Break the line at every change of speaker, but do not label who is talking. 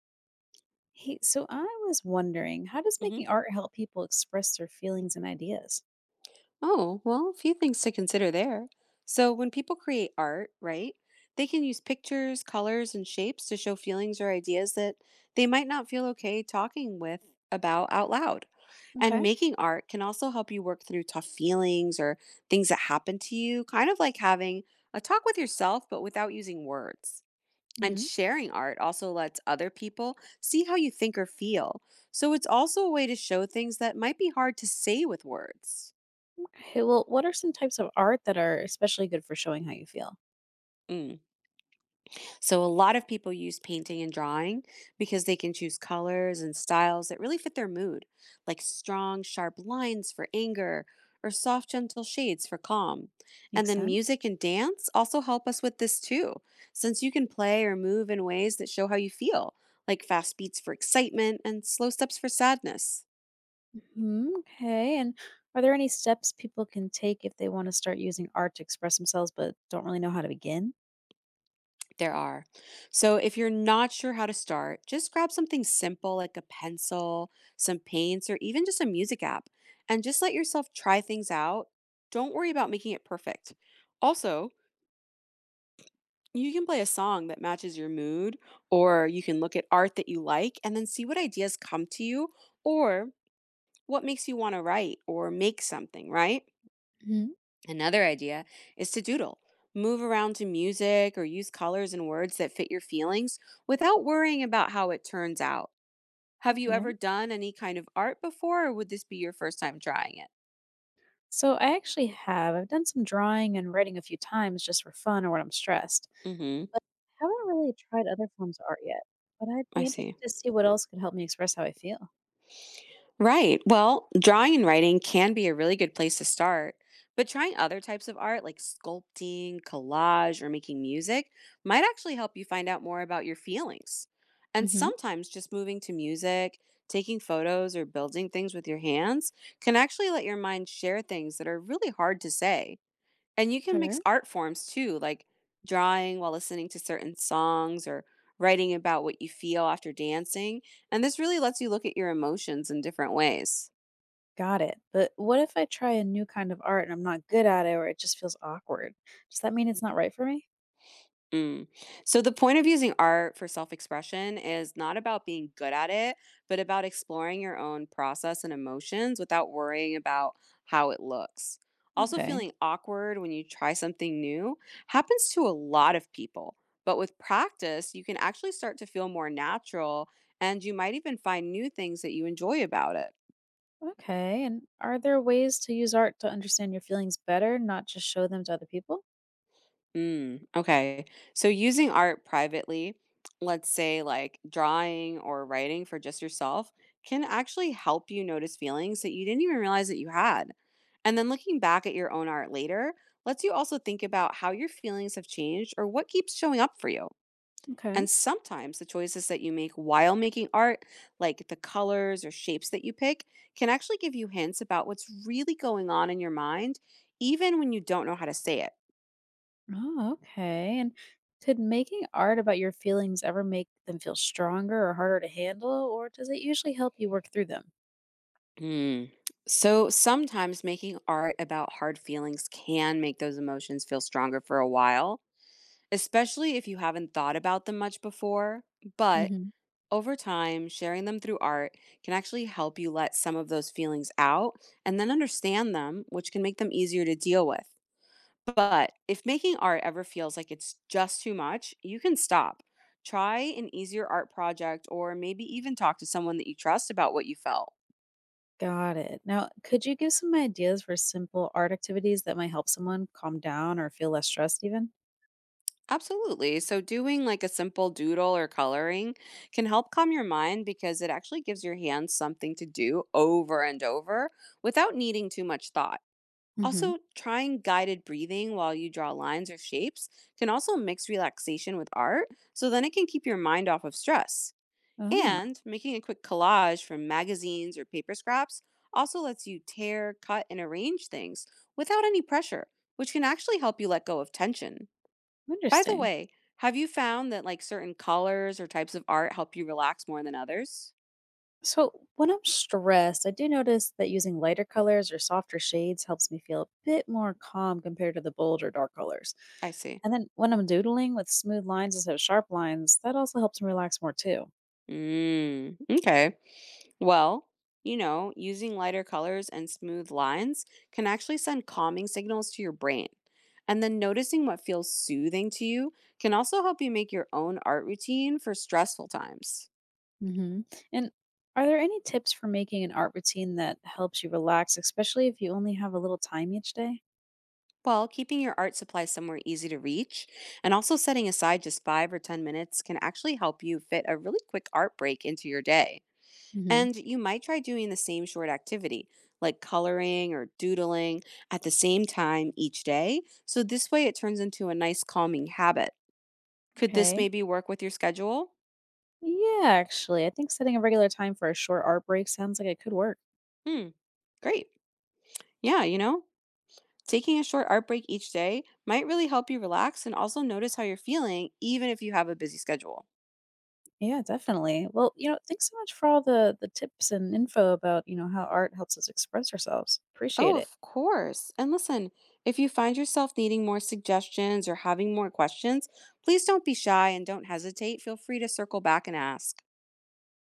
Hey, so I was wondering, how does
hmm
making art help people express their feelings and ideas?
Oh, well, a few things to consider there. So, when people create art, right, they can use pictures, colors, and shapes to show feelings or ideas that they might not feel okay talking with about out loud. And
Okay.
making art can also help you work through tough feelings or things that happen to you, kind of like having a talk with yourself, but without using words. And
Hmm.
sharing art also lets other people see how you think or feel. So, it's also a way to show things that might be hard to say with words.
Okay, well, what are some types of art that are especially good for showing how you feel?
Mm. So a lot of people use painting and drawing because they can choose colors and styles that really fit their mood, like strong, sharp lines for anger or soft, gentle shades for calm. And
Makes
then
sense.
music and dance also help us with this too, since you can play or move in ways that show how you feel, like fast beats for excitement and slow steps for sadness.
Hmm. Okay, and are there any steps people can take if they want to start using art to express themselves but don't really know how to begin?
There are. So if you're not sure how to start, just grab something simple like a pencil, some paints, or even just a music app, and just let yourself try things out. Don't worry about making it perfect. Also, you can play a song that matches your mood, or you can look at art that you like and then see what ideas come to you or what makes you want to write or make something, right?
Hmm.
Another idea is to doodle. Move around to music or use colors and words that fit your feelings without worrying about how it turns out. Have you ever
Okay.
done any kind of art before, or would this be your first time trying it?
So I actually have. I've done some drawing and writing a few times just for fun or when I'm stressed,
Mm hmm.
but I haven't really tried other forms of art yet. But I'd
I
be interested
see.
to see what else could help me express how I feel.
Right. Well, drawing and writing can be a really good place to start, but trying other types of art like sculpting, collage, or making music might actually help you find out more about your feelings. And
Mhm.
sometimes just moving to music, taking photos, or building things with your hands can actually let your mind share things that are really hard to say. And you can mix
Okay,
art forms too, like drawing while listening to certain songs or writing about what you feel after dancing. And this really lets you look at your emotions in different ways.
got it. But what if I try a new kind of art and I'm not good at it or it just feels awkward? Does that mean it's not right for me?
Mm. So the point of using art for self-expression is not about being good at it, but about exploring your own process and emotions without worrying about how it looks. Also,
Okay.
feeling awkward when you try something new happens to a lot of people. But with practice, you can actually start to feel more natural and you might even find new things that you enjoy about it.
Okay. And are there ways to use art to understand your feelings better, not just show them to other people?
Mm, okay. So using art privately, let's say like drawing or writing for just yourself, can actually help you notice feelings that you didn't even realize that you had. And then looking back at your own art later lets you also think about how your feelings have changed or what keeps showing up for you.
Okay.
And sometimes the choices that you make while making art, like the colors or shapes that you pick, can actually give you hints about what's really going on in your mind, even when you don't know how to say it.
Oh, okay. And could making art about your feelings ever make them feel stronger or harder to handle, or does it usually help you work through them?
Hmm. So sometimes making art about hard feelings can make those emotions feel stronger for a while, especially if you haven't thought about them much before. But
Mhm.
over time, sharing them through art can actually help you let some of those feelings out and then understand them, which can make them easier to deal with. But if making art ever feels like it's just too much, you can stop. Try an easier art project or maybe even talk to someone that you trust about what you felt.
Got it. Now, could you give some ideas for simple art activities that might help someone calm down or feel less stressed, even?
Absolutely. So, doing like a simple doodle or coloring can help calm your mind because it actually gives your hands something to do over and over without needing too much thought.
Hmm.
Also, trying guided breathing while you draw lines or shapes can also mix relaxation with art, so then it can keep your mind off of stress.
Oh,
And making a quick collage from magazines or paper scraps also lets you tear, cut, and arrange things without any pressure, which can actually help you let go of tension. By the
interesting.
way, have you found that, like, certain colors or types of art help you relax more than others?
So when I'm stressed, I do notice that using lighter colors or softer shades helps me feel a bit more calm compared to the bold or dark colors.
I see.
And then when I'm doodling with smooth lines instead of sharp lines, that also helps me relax more too.
Mm, okay. Well, you know, using lighter colors and smooth lines can actually send calming signals to your brain. And then noticing what feels soothing to you can also help you make your own art routine for stressful times.
Hmm. And are there any tips for making an art routine that helps you relax, especially if you only have a little time each day?
Well, keeping your art supply somewhere easy to reach and also setting aside just five or 10 minutes can actually help you fit a really quick art break into your day.
Hmm.
And you might try doing the same short activity, like coloring or doodling, at the same time each day. So this way it turns into a nice calming habit. Could this
Okay.
maybe work with your schedule?
Yeah, actually, I think setting a regular time for a short art break sounds like it could work.
Hmm, great. Yeah, you know, taking a short art break each day might really help you relax and also notice how you're feeling, even if you have a busy schedule.
Yeah, definitely. Well, you know, thanks so much for all the tips and info about, you know, how art helps us express ourselves.
Oh,
Appreciate it.
of course. And listen, if you find yourself needing more suggestions or having more questions, please don't be shy and don't hesitate. Feel free to circle back and ask.